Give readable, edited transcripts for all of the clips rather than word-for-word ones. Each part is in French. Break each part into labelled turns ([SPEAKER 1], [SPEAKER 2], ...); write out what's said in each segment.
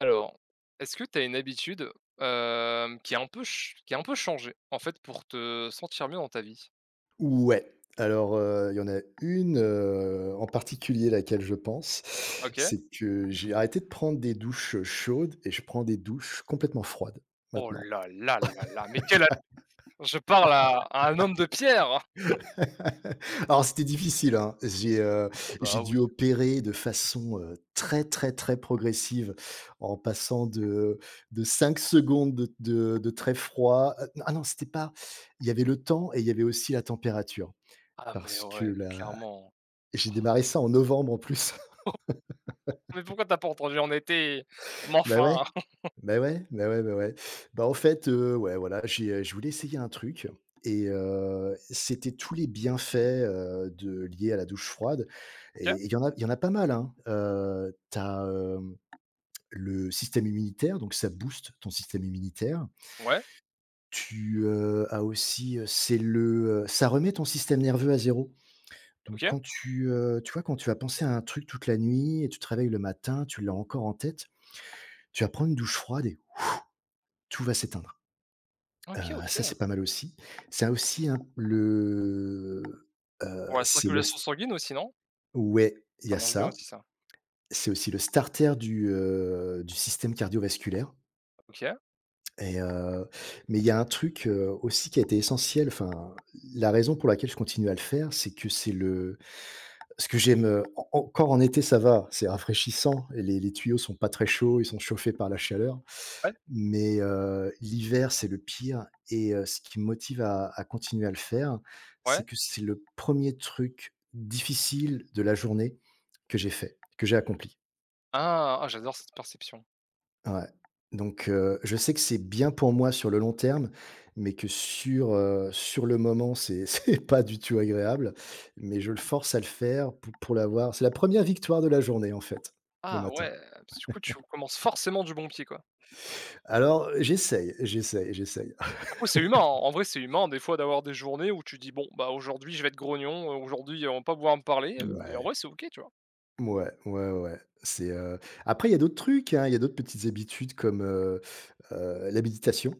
[SPEAKER 1] Alors, est-ce que tu as une habitude, qui a un peu ch qui a un peu changé, en fait, pour te sentir mieux dans ta vie?
[SPEAKER 2] Ouais, alors, il y en a une, en particulier laquelle je pense,
[SPEAKER 1] OK.
[SPEAKER 2] c'est que j'ai arrêté de prendre des douches chaudes et je prends des douches complètement froides
[SPEAKER 1] Oh
[SPEAKER 2] maintenant.
[SPEAKER 1] là là là là, mais quelle a je parle à un homme de pierre!
[SPEAKER 2] Alors c'était difficile, hein. J'ai
[SPEAKER 1] Bah oui.
[SPEAKER 2] dû opérer de façon, très, très, très progressive en passant de 5 secondes de très froid, ah non, c'était pas, il y avait le temps et il y avait aussi la température
[SPEAKER 1] Ah mais
[SPEAKER 2] parce que
[SPEAKER 1] ouais, mais
[SPEAKER 2] la
[SPEAKER 1] clairement.
[SPEAKER 2] j'ai démarré ça en novembre en plus.
[SPEAKER 1] Mais pourquoi t'as pas entendu en été? Mais
[SPEAKER 2] Bah, ouais.
[SPEAKER 1] enfin!
[SPEAKER 2] Bah, ouais, bah, ouais, bah, ouais. Bah, en fait, ouais, voilà, je voulais essayer un truc et c'était tous les bienfaits, de liés à la douche froide
[SPEAKER 1] OK.
[SPEAKER 2] et il y en a pas mal, hein. Tu as le système immunitaire, donc ça booste ton système immunitaire.
[SPEAKER 1] Ouais.
[SPEAKER 2] Tu as aussi, ça remet ton système nerveux à zéro. Donc
[SPEAKER 1] OK.
[SPEAKER 2] quand tu vois, quand tu vas penser à un truc toute la nuit et tu te réveilles le matin, tu l'as encore en tête, tu vas prendre une douche froide et tout va s'éteindre.
[SPEAKER 1] OK,
[SPEAKER 2] Ah ça,
[SPEAKER 1] OK.
[SPEAKER 2] c'est pas mal aussi. Ça aussi, hein. le
[SPEAKER 1] Pour la
[SPEAKER 2] c'est le
[SPEAKER 1] circulation
[SPEAKER 2] s
[SPEAKER 1] sanguine aussi, non?
[SPEAKER 2] Ouais, il y
[SPEAKER 1] Ça
[SPEAKER 2] a
[SPEAKER 1] marche bien
[SPEAKER 2] ça.
[SPEAKER 1] aussi ça.
[SPEAKER 2] C'est aussi le starter du système cardiovasculaire
[SPEAKER 1] OK.
[SPEAKER 2] et heu, mais il y a un truc, aussi qui a été essentiel, enfin, la raison pour laquelle je continue à le faire, c'est que c'est le ce que j'aime, en encore en été, ça va, c'est rafraîchissant et les tuyaux sont pas très chauds, ils sont chauffés par la chaleur.
[SPEAKER 1] Ouais.
[SPEAKER 2] Mais l'hiver, c'est le pire et ce qui me motive à continuer à le faire, c'est
[SPEAKER 1] Ouais.
[SPEAKER 2] que c'est le premier truc difficile de la journée que j'ai fait, que j'ai accompli.
[SPEAKER 1] Ah! Ah j'adore cette perception.
[SPEAKER 2] Ouais. Donc, je sais que c'est bien pour moi sur le long terme, mais que sur, sur le moment, c'est c'est pas du tout agréable, mais je le force à le faire pour l'avoir. C'est la première victoire de la journée, en fait, le
[SPEAKER 1] Ah
[SPEAKER 2] matin.
[SPEAKER 1] ouais, du coup, tu commences forcément du bon pied, quoi.
[SPEAKER 2] Alors, j'essaye, j'essaye, j'essaye.
[SPEAKER 1] Après c'est humain, hein, en vrai c'est humain des fois d'avoir des journées où tu dis: «Bon, bah, aujourd'hui je vais être grognon, aujourd'hui on va pas pouvoir me parler», et en
[SPEAKER 2] Ouais.
[SPEAKER 1] vrai c'est OK, tu vois?
[SPEAKER 2] Ouais, ouais, ouais, ouais. Après il y a d'autres trucs, hein, il y a d'autres petites habitudes comme, la méditation,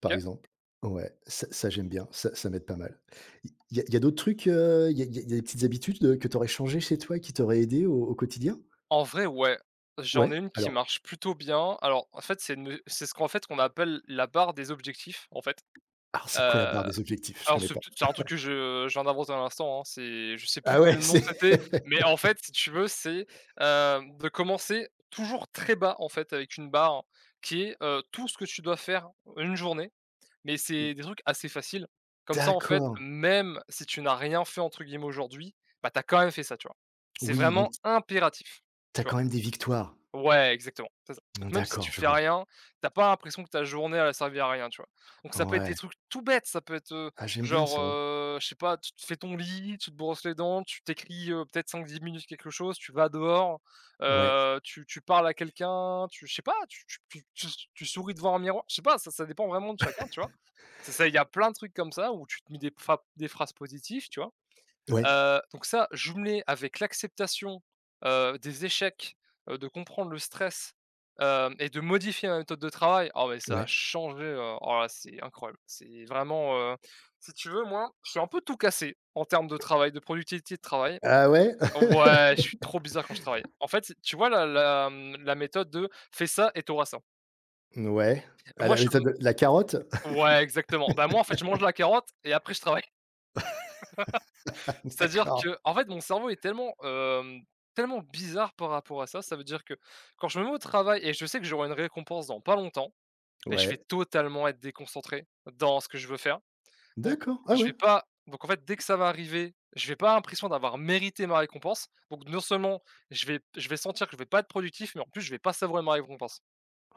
[SPEAKER 2] par
[SPEAKER 1] OK.
[SPEAKER 2] exemple. Ouais, ça ça j'aime bien, ça ça m'aide pas mal. Il il y a d'autres trucs, il y a il y a il y a des petites habitudes, que tu aurais changées chez toi et qui t'auraient aidé au quotidien?
[SPEAKER 1] En vrai ouais, j'en
[SPEAKER 2] Ouais?
[SPEAKER 1] ai une qui
[SPEAKER 2] Alors
[SPEAKER 1] marche plutôt bien. Alors en fait c'est ce qu'on appelle la barre des objectifs, en fait.
[SPEAKER 2] alors
[SPEAKER 1] Heu,
[SPEAKER 2] c'est quoi la barre des objectifs? Je
[SPEAKER 1] alors
[SPEAKER 2] connais
[SPEAKER 1] c'est
[SPEAKER 2] pas.
[SPEAKER 1] peut-être c'est un truc que je viens d'inventer à l'instant, hein, c'est je sais plus
[SPEAKER 2] Ah ouais,
[SPEAKER 1] quel nom
[SPEAKER 2] c'est
[SPEAKER 1] c'était, mais en fait si tu veux c'est, de commencer toujours très bas en fait avec une barre qui est, tout ce que tu dois faire une journée. Mais c'est des trucs assez faciles. Comme ça, en fait,
[SPEAKER 2] d'accord.
[SPEAKER 1] même si tu n'as rien fait entre guillemets aujourd'hui, bah, t'as quand même fait ça, tu vois? C'est
[SPEAKER 2] Oui, donc
[SPEAKER 1] vraiment impératif,
[SPEAKER 2] t'as
[SPEAKER 1] tu vois?
[SPEAKER 2] quand même des victoires.
[SPEAKER 1] Ouais, exactement, c'est ça.
[SPEAKER 2] Mmh,
[SPEAKER 1] Donc même si
[SPEAKER 2] d'accord,
[SPEAKER 1] tu
[SPEAKER 2] je
[SPEAKER 1] fais
[SPEAKER 2] vois.
[SPEAKER 1] rien, t'as pas l'impression que ta journée elle a servi à rien, tu vois? Donc ça peut être
[SPEAKER 2] Ouais.
[SPEAKER 1] des trucs tout bêtes, ça peut être,
[SPEAKER 2] Ah j'aime bien
[SPEAKER 1] genre,
[SPEAKER 2] ça, ouais.
[SPEAKER 1] je sais pas, tu te fais ton lit, tu te brosses les dents, tu t'écris, peut-être cinq dix minutes quelque chose, tu vas dehors,
[SPEAKER 2] Ouais,
[SPEAKER 1] tu parles à quelqu'un, tu je sais pas, tu souris devant un miroir, je sais pas, ça dépend vraiment de chacun, tu vois? C'est ça, il y a plein de trucs comme ça où tu te mets des phra des phrases positives, tu vois?
[SPEAKER 2] ouais,
[SPEAKER 1] Donc ça, jumelé avec l'acceptation, des échecs, de comprendre le stress, hem et de modifier ma méthode de travail, oh mais ça a
[SPEAKER 2] ouais.
[SPEAKER 1] changé, oh là, c'est incroyable. C'est vraiment, si tu veux, moi, je suis un peu tout cassé en termes de travail, de productivité de travail.
[SPEAKER 2] Ah ouais?
[SPEAKER 1] Ouais, je suis trop bizarre quand je travaille. En fait, tu vois la, la méthode de: «Fais ça et tu auras ça».
[SPEAKER 2] Ouais, à
[SPEAKER 1] Moi,
[SPEAKER 2] la
[SPEAKER 1] je
[SPEAKER 2] méthode de la carotte?
[SPEAKER 1] ouais, exactement. Bah, moi, en fait, je mange la carotte et après je travaille. C'est-à-dire
[SPEAKER 2] D'accord,
[SPEAKER 1] que, en fait, mon cerveau est tellement, tellement bizarre par rapport à ça. Ça veut dire que quand je me mets au travail et je sais que j'aurai une récompense dans pas longtemps, beh, je vais
[SPEAKER 2] ouais,
[SPEAKER 1] totalement être déconcentré dans ce que je veux faire. Donc
[SPEAKER 2] d'accord, ah
[SPEAKER 1] je
[SPEAKER 2] ouais.
[SPEAKER 1] vais pas donc en fait, dès que ça va arriver, je vais pas avoir l'impression d'avoir mérité ma récompense. Donc non seulement je vais sentir que je vais pas être productif, mais en plus je vais pas savourer ma récompense.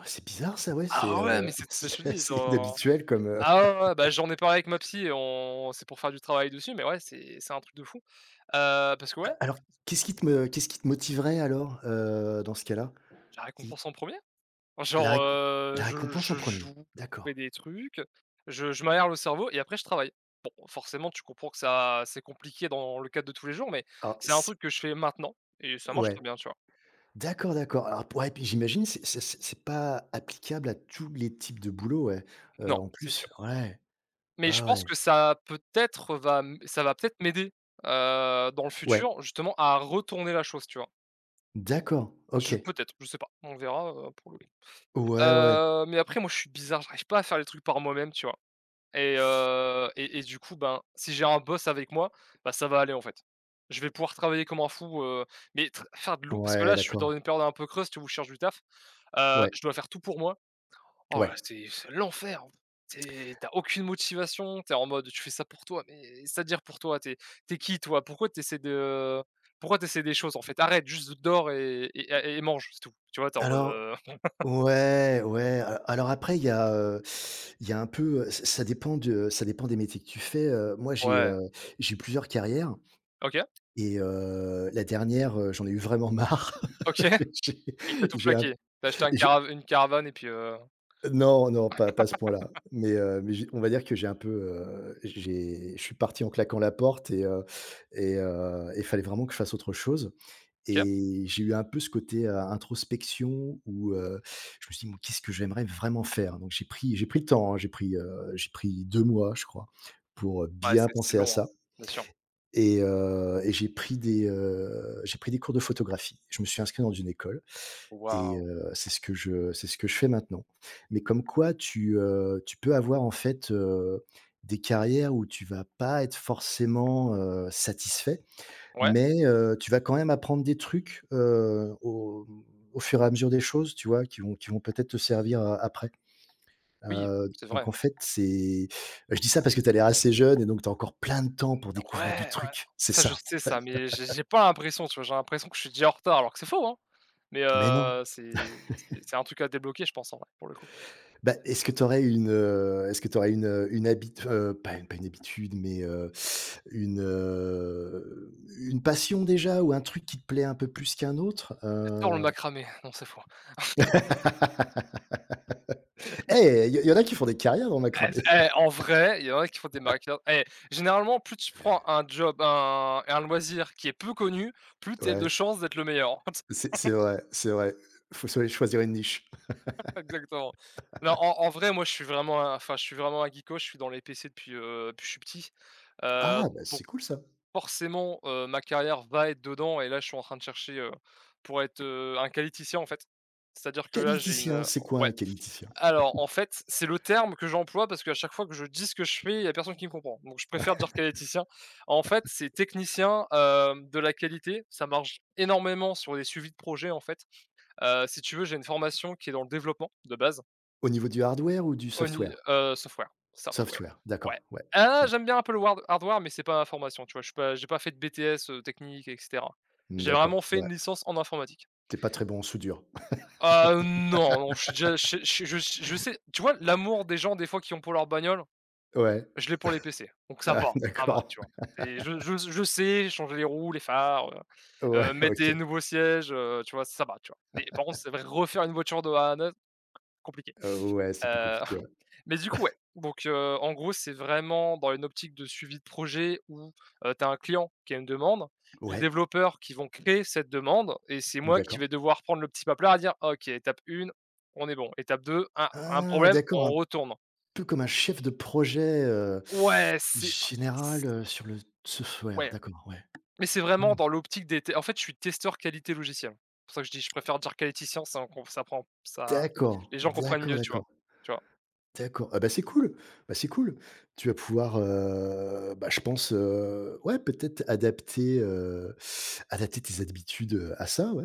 [SPEAKER 2] Ah c'est bizarre ça, ouais,
[SPEAKER 1] Ah ouais, mais c'est je te
[SPEAKER 2] c'est
[SPEAKER 1] dis
[SPEAKER 2] assez
[SPEAKER 1] genre
[SPEAKER 2] inhabituel comme…
[SPEAKER 1] ah ouais, ouais, ouais, bah, j'en ai parlé avec ma psy et on c'est pour faire du travail dessus, mais ouais, c'est un truc de fou. Parce que ouais,
[SPEAKER 2] Alors, qu'est-ce qui te motiverait alors, dans ce cas-là?
[SPEAKER 1] la
[SPEAKER 2] I
[SPEAKER 1] récompense en premier.
[SPEAKER 2] la
[SPEAKER 1] Genre,
[SPEAKER 2] récom la récompense en
[SPEAKER 1] je
[SPEAKER 2] premier,
[SPEAKER 1] joue, je fais
[SPEAKER 2] d'accord.
[SPEAKER 1] des trucs, je m'aère le cerveau et après je travaille. Bon, forcément, tu comprends que ça c'est compliqué dans le cadre de tous les jours, mais
[SPEAKER 2] Alors
[SPEAKER 1] c'est un
[SPEAKER 2] c
[SPEAKER 1] truc que je fais maintenant et ça marche très
[SPEAKER 2] Ouais,
[SPEAKER 1] bien, tu vois?
[SPEAKER 2] d'accord, d'accord. Alors ouais, puis j'imagine c'est pas applicable à tous les types de boulot, ouais,
[SPEAKER 1] Non,
[SPEAKER 2] en
[SPEAKER 1] c'est sûr.
[SPEAKER 2] plus, ouais,
[SPEAKER 1] Mais je
[SPEAKER 2] ah
[SPEAKER 1] pense
[SPEAKER 2] ouais,
[SPEAKER 1] que ça peut-être va m ça va peut-être m'aider, dans le
[SPEAKER 2] ouais,
[SPEAKER 1] futur, justement à retourner la chose, tu vois?
[SPEAKER 2] d'accord, OK.
[SPEAKER 1] Je peut-être, je sais pas, on verra, pour le coup.
[SPEAKER 2] Ouais, ouais, ouais,
[SPEAKER 1] Mais après moi je suis bizarre, j'arrive pas à faire les trucs par moi-même, tu vois? Et et du coup, ben, si j'ai un boss avec moi, bah, ça va aller, en fait. Je vais pouvoir travailler comme un fou, mais tr faire de l'ou parce que
[SPEAKER 2] ouais,
[SPEAKER 1] là, je suis dans
[SPEAKER 2] d'accord,
[SPEAKER 1] une période un peu creuse, tu vois, où je cherche du taf.
[SPEAKER 2] ouais,
[SPEAKER 1] Je dois faire tout pour moi. Oh
[SPEAKER 2] ouais.
[SPEAKER 1] là, c'est l'enfer! C'est tu aucune motivation, t'es en mode tu fais ça pour toi, mais c'est-à-dire pour toi? T'es qui toi? Pourquoi tu essaies des choses, en fait? Arrête, juste dors et mange, c'est tout. Tu vois, t'es en mode,
[SPEAKER 2] Alors Ouais, ouais, a alors après il y a un peu, ç ça dépend de ça dépend des métiers que tu fais, moi j'ai,
[SPEAKER 1] ouais,
[SPEAKER 2] heu, j'ai eu plusieurs carrières
[SPEAKER 1] OK,
[SPEAKER 2] et la dernière, j'en ai eu vraiment marre.
[SPEAKER 1] OK et
[SPEAKER 2] J'ai
[SPEAKER 1] t'as tout
[SPEAKER 2] j'ai un
[SPEAKER 1] plaqué. T'as acheté un
[SPEAKER 2] j'ai
[SPEAKER 1] cara une caravane et puis,
[SPEAKER 2] Non, non, pas à ce point-là, mais, mais j'ai on va dire que j'ai un peu, j'ai je suis parti en claquant la porte il fallait vraiment que je fasse autre chose.
[SPEAKER 1] OK.
[SPEAKER 2] Et j'ai eu un peu ce côté, introspection où, je me suis dit: «Mais qu'est-ce que j'aimerais vraiment faire?» Donc j'ai pris le temps, hein, j'ai pris 2 mois, je crois, pour,
[SPEAKER 1] Ouais,
[SPEAKER 2] bien
[SPEAKER 1] c'est
[SPEAKER 2] penser à
[SPEAKER 1] long, hein,
[SPEAKER 2] ça
[SPEAKER 1] bien sûr.
[SPEAKER 2] et j'ai pris des cours de photographie. Je me suis inscrit dans une école
[SPEAKER 1] Waouh!
[SPEAKER 2] c'est ce que je fais maintenant. Mais comme quoi tu peux avoir en fait, des carrières où tu vas pas être forcément, satisfait
[SPEAKER 1] Ouais,
[SPEAKER 2] mais, tu vas quand même apprendre des trucs, au fur et à mesure des choses, tu vois? Qui vont peut-être te servir, après.
[SPEAKER 1] oui, c'est
[SPEAKER 2] Donc
[SPEAKER 1] vrai.
[SPEAKER 2] en fait, c'est je dis ça parce que tu as l'air assez jeune et donc tu as encore plein de temps pour découvrir du
[SPEAKER 1] Ouais, ouais,
[SPEAKER 2] truc, c'est
[SPEAKER 1] ça je
[SPEAKER 2] ça.
[SPEAKER 1] sais ça, mais j'ai pas l'impression, tu vois? J'ai l'impression que je suis déjà en retard alors que c'est faux, hein, mais
[SPEAKER 2] Mais non.
[SPEAKER 1] c'est un truc à débloquer je pense en vrai, pour le coup.
[SPEAKER 2] Bah, est-ce que tu aurais une, est-ce que tu une habit pas une habitude, mais, une, heu, une passion déjà ou un truc qui te plaît un peu plus qu'un autre?
[SPEAKER 1] J'adore le macramé. Non, c'est faux.
[SPEAKER 2] Eh, il y en a qui font des carrières dans le
[SPEAKER 1] Eh
[SPEAKER 2] macramé.
[SPEAKER 1] eh, en vrai, il y en a qui font des maquilleurs eh, généralement plus tu prends un job, un loisir qui est peu connu, plus tu as de
[SPEAKER 2] Ouais,
[SPEAKER 1] chances d'être le meilleur.
[SPEAKER 2] c'est vrai, c'est vrai. Faut soi choisir une niche.
[SPEAKER 1] Exactement. Non, en vrai, moi, je suis vraiment un enfin, je suis vraiment un geeko, je suis dans les PC depuis, depuis que je suis petit. Heu,
[SPEAKER 2] Ah, bah,
[SPEAKER 1] donc
[SPEAKER 2] c'est cool ça.
[SPEAKER 1] forcément, ma carrière va être dedans et là, je suis en train de chercher, pour être, un qualiticien, en fait. C'est-à-dire que là, j'ai
[SPEAKER 2] Qualiticien,
[SPEAKER 1] une,
[SPEAKER 2] c'est quoi un
[SPEAKER 1] ouais.
[SPEAKER 2] qualiticien?
[SPEAKER 1] Alors, en fait, c'est le terme que j'emploie parce qu'à chaque fois que je dis ce que je fais, il y a personne qui me comprend. Donc je préfère dire qualiticien. En fait, c'est technicien, de la qualité. Ça marche énormément sur les suivis de projet en fait. Si tu veux, j'ai une formation qui est dans le développement, de base.
[SPEAKER 2] Au niveau du hardware ou du
[SPEAKER 1] Au ni
[SPEAKER 2] software?
[SPEAKER 1] software,
[SPEAKER 2] Software,
[SPEAKER 1] ouais.
[SPEAKER 2] d'accord, ouais.
[SPEAKER 1] Ah, j'aime bien un peu le ward hardware, mais c'est pas ma formation, tu vois? Je suis pas j'ai pas fait de BTS, technique et cetera.
[SPEAKER 2] Mmh,
[SPEAKER 1] J'ai vraiment
[SPEAKER 2] d'accord,
[SPEAKER 1] fait
[SPEAKER 2] ouais.
[SPEAKER 1] une licence en informatique.
[SPEAKER 2] T'es pas très bon en soudure.
[SPEAKER 1] Ah non, non, je suis déjà je sais tu vois? L'amour des gens, des fois, qui ont pour leur bagnole,
[SPEAKER 2] Ouais,
[SPEAKER 1] je l'ai pour les PC, donc
[SPEAKER 2] ah
[SPEAKER 1] ça va,
[SPEAKER 2] d'accord.
[SPEAKER 1] tu vois? C'est je sais changer les roues, les phares,
[SPEAKER 2] Ouais,
[SPEAKER 1] mettre des
[SPEAKER 2] OK.
[SPEAKER 1] nouveaux sièges, tu vois? Ça va, tu vois? Mais par contre, c'est vrai refaire une voiture de A à Z, compliqué.
[SPEAKER 2] Ouais, c'est plus
[SPEAKER 1] Heu
[SPEAKER 2] compliqué, ouais.
[SPEAKER 1] Mais du coup, ouais. Donc, en gros, c'est vraiment dans une optique de suivi de projet où, tu as un client qui a une demande, les
[SPEAKER 2] Ouais,
[SPEAKER 1] développeurs qui vont créer cette demande et c'est moi qui
[SPEAKER 2] d'accord.
[SPEAKER 1] vais devoir prendre le petit papier à dire: «OK, étape 1, on est bon. Étape 2, un
[SPEAKER 2] Ah
[SPEAKER 1] problème,
[SPEAKER 2] d'accord,
[SPEAKER 1] on
[SPEAKER 2] un
[SPEAKER 1] retourne».
[SPEAKER 2] peu comme un chef de projet,
[SPEAKER 1] Ouais, c'est
[SPEAKER 2] général, sur le software,
[SPEAKER 1] ouais,
[SPEAKER 2] d'accord, ouais.
[SPEAKER 1] mais c'est vraiment dans l'optique des te en fait, je suis testeur qualité logicielle. C'est pour ça que je dis: «Je préfère dire qualiticien», ça on com ça prend ça
[SPEAKER 2] D'accord,
[SPEAKER 1] les gens comprennent
[SPEAKER 2] d'accord,
[SPEAKER 1] mieux, tu vois?
[SPEAKER 2] d'accord.
[SPEAKER 1] Tu vois?
[SPEAKER 2] D'accord. Ah bah, c'est cool, bah, c'est cool. Tu vas pouvoir, bah, je pense, ouais, peut-être adapter, adapter tes habitudes, à ça, ouais.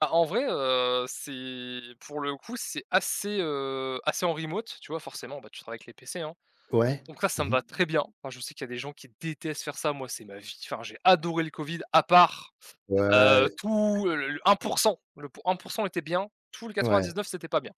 [SPEAKER 1] Bah, en vrai, c'est pour le coup, c'est assez, assez en remote, tu vois? Forcément, bah, tu travailles avec les PC, hein.
[SPEAKER 2] Ouais.
[SPEAKER 1] Donc ça me
[SPEAKER 2] Mmh.
[SPEAKER 1] va très bien. Enfin, je sais qu'il y a des gens qui détestent faire ça. Moi, c'est ma vie. Enfin, j'ai adoré le covid, à part,
[SPEAKER 2] Ouais,
[SPEAKER 1] tout le un pour cent, le pour 1 % était bien, tout le
[SPEAKER 2] ouais, ouais,
[SPEAKER 1] neuf c'était pas bien.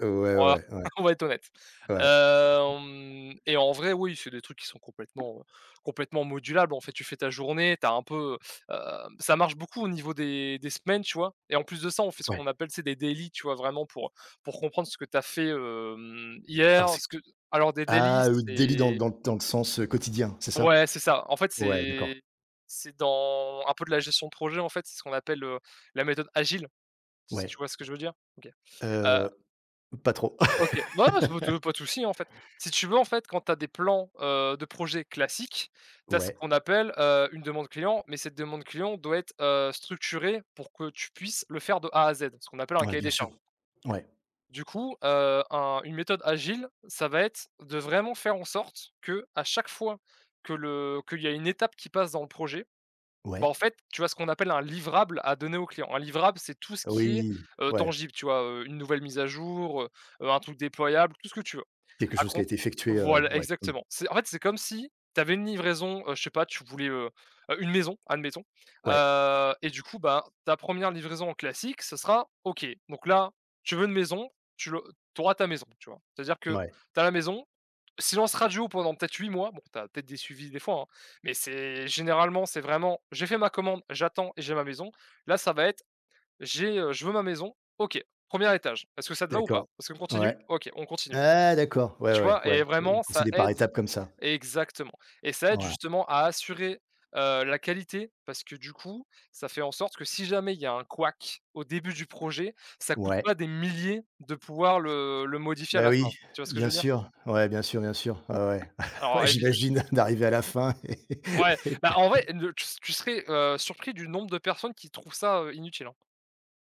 [SPEAKER 2] ouais,
[SPEAKER 1] On va
[SPEAKER 2] ouais, ouais,
[SPEAKER 1] on va être honnête.
[SPEAKER 2] ouais,
[SPEAKER 1] Hem et en vrai, oui, c'est des trucs qui sont complètement, complètement modulables. En fait, tu fais ta journée, t'as un peu, heu, ça marche beaucoup au niveau des semaines, tu vois? Et en plus de ça, on fait ce
[SPEAKER 2] ouais.
[SPEAKER 1] qu'on appelle, c'est des daily, tu vois? Vraiment pour comprendre ce que t'as fait,
[SPEAKER 2] Alors
[SPEAKER 1] hier,
[SPEAKER 2] c'est
[SPEAKER 1] ce que alors des daily,
[SPEAKER 2] ah, délit dans le
[SPEAKER 1] c'est
[SPEAKER 2] dans le dans le sens, quotidien, c'est ça?
[SPEAKER 1] ouais, c'est ça. En fait,
[SPEAKER 2] Ouais, d'accord.
[SPEAKER 1] c'est dans un peu de la gestion de projet, en fait, c'est ce qu'on appelle, la méthode agile, si tu
[SPEAKER 2] Ouais,
[SPEAKER 1] vois ce que je veux dire? OK.
[SPEAKER 2] heu, pas trop.
[SPEAKER 1] OK. Bah, non, c'est pas de souci, en fait. Si tu veux, en fait, quand tu as des plans, de projets classiques, tu as ce
[SPEAKER 2] Ouais,
[SPEAKER 1] qu'on appelle, une demande client, mais cette demande client doit être, structurée pour que tu puisses le faire de A à Z, ce qu'on appelle un
[SPEAKER 2] ouais,
[SPEAKER 1] cahier
[SPEAKER 2] bien
[SPEAKER 1] des
[SPEAKER 2] sûr.
[SPEAKER 1] charges.
[SPEAKER 2] Ouais,
[SPEAKER 1] Du coup, un une méthode agile, ça va être de vraiment faire en sorte que à chaque fois que le qu'il y a une étape qui passe dans le projet, bah,
[SPEAKER 2] ouais.
[SPEAKER 1] en fait, tu as ce qu'on appelle un livrable à donner au client. Un livrable, c'est tout ce qui est,
[SPEAKER 2] Oui,
[SPEAKER 1] heu,
[SPEAKER 2] ouais,
[SPEAKER 1] tangible, tu vois? Une nouvelle mise à jour, un truc déployable, tout ce que tu veux.
[SPEAKER 2] quelque
[SPEAKER 1] À
[SPEAKER 2] chose qui a
[SPEAKER 1] con
[SPEAKER 2] été effectué,
[SPEAKER 1] Voilà,
[SPEAKER 2] ouais, mmh,
[SPEAKER 1] exactement. C'est En fait, c'est comme si tu avais une livraison, je sais pas, tu voulais, une maison, admettons,
[SPEAKER 2] ouais,
[SPEAKER 1] et du coup, bah, ta première livraison en classique, ce sera: «OK, donc là, tu veux une maison, tu auras ta maison», tu vois? C'est-à-dire que
[SPEAKER 2] ouais,
[SPEAKER 1] tu as la maison, silence radio pendant peut-être 8 mois, bon, tu as peut-être des suivis des fois, hein, mais c'est généralement, c'est vraiment: «J'ai fait ma commande, j'attends et j'ai ma maison». Là, ça va être: Je veux ma maison, OK, premier étage, est-ce que ça te va ou pas?
[SPEAKER 2] d'accord.
[SPEAKER 1] Est-ce qu'on
[SPEAKER 2] Ouais.
[SPEAKER 1] continue? OK, on continue».
[SPEAKER 2] Ah d'accord, ouais,
[SPEAKER 1] Tu
[SPEAKER 2] ouais,
[SPEAKER 1] vois?
[SPEAKER 2] ouais,
[SPEAKER 1] Et
[SPEAKER 2] vous
[SPEAKER 1] vraiment ça
[SPEAKER 2] procédez par
[SPEAKER 1] aide,
[SPEAKER 2] étapes comme ça.
[SPEAKER 1] exactement, et ça aide
[SPEAKER 2] Ouais,
[SPEAKER 1] justement à assurer, la qualité parce que du coup, ça fait en sorte que si jamais il y a un couac au début du projet, ça coûte
[SPEAKER 2] ouais,
[SPEAKER 1] pas des milliers de pouvoir le modifier à
[SPEAKER 2] bah
[SPEAKER 1] la fin.
[SPEAKER 2] oui,
[SPEAKER 1] Tu vois ce que je veux dire?
[SPEAKER 2] bien sûr, ouais, ouais. Ouais,
[SPEAKER 1] Alors évide
[SPEAKER 2] j'imagine d'arriver à la fin
[SPEAKER 1] Ouais,
[SPEAKER 2] et
[SPEAKER 1] bah,
[SPEAKER 2] que
[SPEAKER 1] en vrai, le tu tu serais, surpris du nombre de personnes qui trouvent ça, inutile, hein.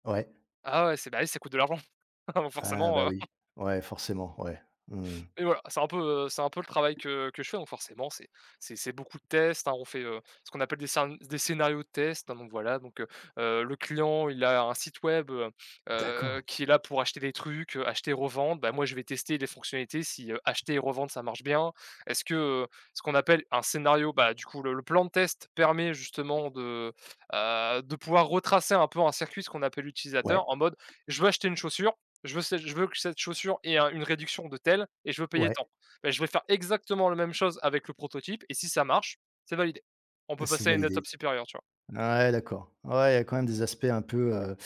[SPEAKER 2] ouais,
[SPEAKER 1] Ah ouais, c'est bah, oui, ça coûte de l'argent,
[SPEAKER 2] ah bah
[SPEAKER 1] forcément.
[SPEAKER 2] oui, ouais, forcément, ouais, mmh.
[SPEAKER 1] Et voilà, c'est un peu le travail que je fais, donc forcément c'est beaucoup de tests, hein. On fait, ce qu'on appelle des scénarios de tests, hein, donc voilà, le client, il a un site web,
[SPEAKER 2] D'accord,
[SPEAKER 1] qui est là pour acheter des trucs, acheter, et revendre. Bah, moi, je vais tester les fonctionnalités si, acheter et revendre, ça marche bien. Est-ce que, heu, Ce qu'on appelle un scénario, bah, du coup, le plan de test permet justement de pouvoir retracer un peu un circuit, ce qu'on appelle
[SPEAKER 2] ouais,
[SPEAKER 1] l'utilisateur en mode: «Je veux acheter une chaussure». Je veux que cette chaussure ait un une réduction de telle et je veux payer
[SPEAKER 2] ouais,
[SPEAKER 1] tant. Beh, je vais faire exactement la même chose avec le prototype et si ça marche, c'est validé. On peut
[SPEAKER 2] c'est
[SPEAKER 1] passer à une
[SPEAKER 2] validé.
[SPEAKER 1] étape supérieure, tu vois?
[SPEAKER 2] Ouais, d'accord. Ouais, il y a quand même des aspects un peu,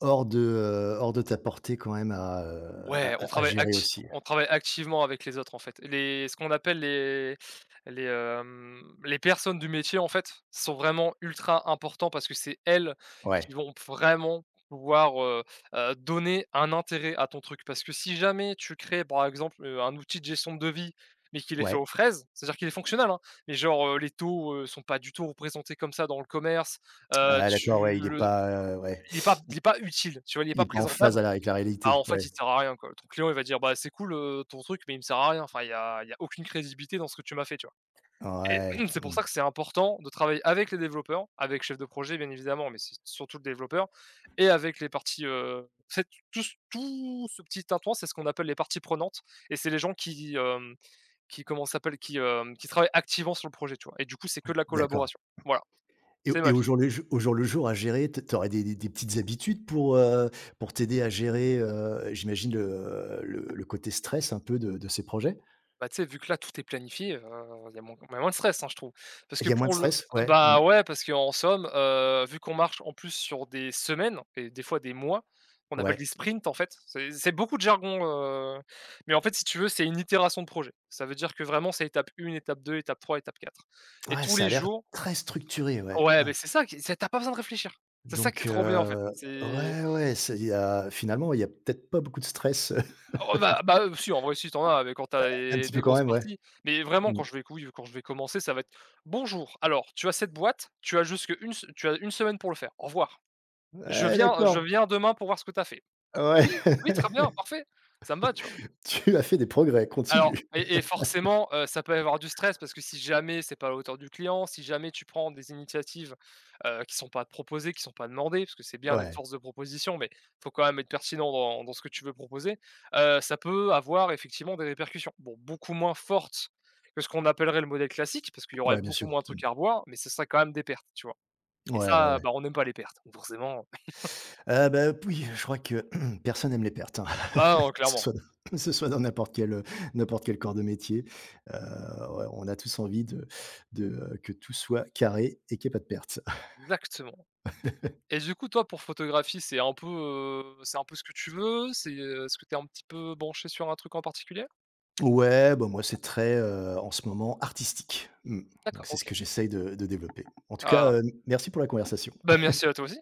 [SPEAKER 2] hors de ta portée quand même à, heu, à
[SPEAKER 1] Ouais,
[SPEAKER 2] à à gérer aussi.
[SPEAKER 1] on travaille activement avec les autres, en fait. Les Ce qu'on appelle les les personnes du métier, en fait, sont vraiment ultra importants parce que c'est elles
[SPEAKER 2] Ouais,
[SPEAKER 1] qui vont vraiment pouvoir, donner un intérêt à ton truc. Parce que si jamais tu crées, par exemple, un outil de gestion de devis, mais qu'il est fait
[SPEAKER 2] ouais.
[SPEAKER 1] aux fraises, c'est-à-dire qu'il est fonctionnel, hein, mais genre, les taux, sont pas du tout représentés comme ça dans le commerce,
[SPEAKER 2] Ah d'accord, ouais,
[SPEAKER 1] tu
[SPEAKER 2] il est
[SPEAKER 1] le
[SPEAKER 2] pas, ouais,
[SPEAKER 1] il est pas
[SPEAKER 2] il
[SPEAKER 1] il est pas utile, tu vois? Il est
[SPEAKER 2] il
[SPEAKER 1] pas
[SPEAKER 2] est pas en phase
[SPEAKER 1] présentable.
[SPEAKER 2] à la avec la
[SPEAKER 1] Bah,
[SPEAKER 2] réalité,
[SPEAKER 1] en fait,
[SPEAKER 2] ouais.
[SPEAKER 1] il sert à rien, quoi. Ton client, il va dire: «Bah, c'est cool, ton truc, mais il me sert à rien». Enfin, il y a aucune crédibilité dans ce que tu m'as fait, tu vois? Et
[SPEAKER 2] Ouais,
[SPEAKER 1] c'est pour
[SPEAKER 2] mmh,
[SPEAKER 1] ça que c'est important de travailler avec les développeurs, avec chef de projet, bien évidemment, mais c'est surtout le développeur et avec les parties, en tout ce petit tintouin, c'est ce qu'on appelle les parties prenantes et c'est les gens qui, qui comment ça s'appelle? Qui, qui travaillent activement sur le projet, tu vois? Et du coup, c'est que de la
[SPEAKER 2] d'accord.
[SPEAKER 1] collaboration. Voilà,
[SPEAKER 2] Et
[SPEAKER 1] c'est ma
[SPEAKER 2] au
[SPEAKER 1] vie.
[SPEAKER 2] jour le jour, au jour le jour à gérer, t tu des petites habitudes pour t'aider à gérer, j'imagine le côté stress un peu de ces projets?
[SPEAKER 1] Bah, tu sais, vu que là, tout est planifié, il y a moins de stress, hein, je trouve. Parce
[SPEAKER 2] Il
[SPEAKER 1] que
[SPEAKER 2] y a moins de
[SPEAKER 1] pour le
[SPEAKER 2] stress?
[SPEAKER 1] Ah,
[SPEAKER 2] Ouais, mmh,
[SPEAKER 1] bah, ouais, parce qu'en somme, vu qu'on marche en plus sur des semaines et des fois des mois, on appelle
[SPEAKER 2] ouais.
[SPEAKER 1] des sprints, en fait. C'est beaucoup de jargon, heu, mais en fait, si tu veux, c'est une itération de projet. Ça veut dire que vraiment, c'est étape 1, étape 2, étape 3, étape 4. Et
[SPEAKER 2] Ouais,
[SPEAKER 1] tous
[SPEAKER 2] ça a
[SPEAKER 1] les
[SPEAKER 2] l'air
[SPEAKER 1] jours.
[SPEAKER 2] très structuré, ouais,
[SPEAKER 1] Ouais,
[SPEAKER 2] ouais.
[SPEAKER 1] mais c'est ça qui c'est tu pas besoin de réfléchir. C'est ça qui
[SPEAKER 2] Donc,
[SPEAKER 1] est trop bien, en fait. C'est
[SPEAKER 2] ouais, ouais, c'est il y a finalement, il y a peut-être pas beaucoup de stress,
[SPEAKER 1] Oh, bah bah, si tu en as, mais quand t'as
[SPEAKER 2] un
[SPEAKER 1] des
[SPEAKER 2] petit peu
[SPEAKER 1] des
[SPEAKER 2] quand
[SPEAKER 1] grosses
[SPEAKER 2] même, ouais.
[SPEAKER 1] parties, mais vraiment
[SPEAKER 2] Mmh.
[SPEAKER 1] quand je vais commencer, ça va être: «Bonjour, alors tu as cette boîte, tu as jusque une se tu as une semaine pour le faire. Au revoir. Je
[SPEAKER 2] Ouais,
[SPEAKER 1] viens je
[SPEAKER 2] d'accord.
[SPEAKER 1] viens demain pour voir ce que t'as fait».
[SPEAKER 2] Ouais,
[SPEAKER 1] «Oui, oui, très bien, parfait, ça me va», tu vois?
[SPEAKER 2] tu as fait des progrès,
[SPEAKER 1] Alors
[SPEAKER 2] continue.
[SPEAKER 1] et forcément, ça peut y avoir du stress parce que si jamais c'est pas à la hauteur du client, si jamais tu prends des initiatives, qui sont pas proposées, qui sont pas demandées, parce que c'est bien d'être
[SPEAKER 2] Ouais,
[SPEAKER 1] force de proposition, mais faut quand même être pertinent dans ce que tu veux proposer, ça peut avoir effectivement des répercussions. Bon, beaucoup moins fortes que ce qu'on appellerait le modèle classique, parce qu'il y aurait
[SPEAKER 2] ouais, bien
[SPEAKER 1] beaucoup
[SPEAKER 2] sûr.
[SPEAKER 1] moins de trucs à revoir, mais ce serait quand même des pertes, tu vois? Et
[SPEAKER 2] Ouais, ouais,
[SPEAKER 1] ça,
[SPEAKER 2] ouais.
[SPEAKER 1] bah, on n'aime pas les pertes, donc forcément.
[SPEAKER 2] Bah, oui, je crois que personne aime les pertes, hein, que
[SPEAKER 1] Bah, non,
[SPEAKER 2] ce
[SPEAKER 1] clairement.
[SPEAKER 2] soit que ce soit dans n'importe quel corps de métier. Heu, ouais, on a tous envie de que tout soit carré et qu'il y ait pas de pertes.
[SPEAKER 1] Exactement. Et du coup, toi, pour photographie, c'est un peu ce que tu veux? Est-ce que tu es un petit peu branché sur un truc en particulier?
[SPEAKER 2] Ouais, bah, moi, c'est très, en ce moment, artistique. Mmh, donc
[SPEAKER 1] D'accord,
[SPEAKER 2] c'est ce
[SPEAKER 1] OK.
[SPEAKER 2] que j'essaye de développer. En tout cas,
[SPEAKER 1] Ah,
[SPEAKER 2] merci pour la conversation.
[SPEAKER 1] bah, merci à toi aussi.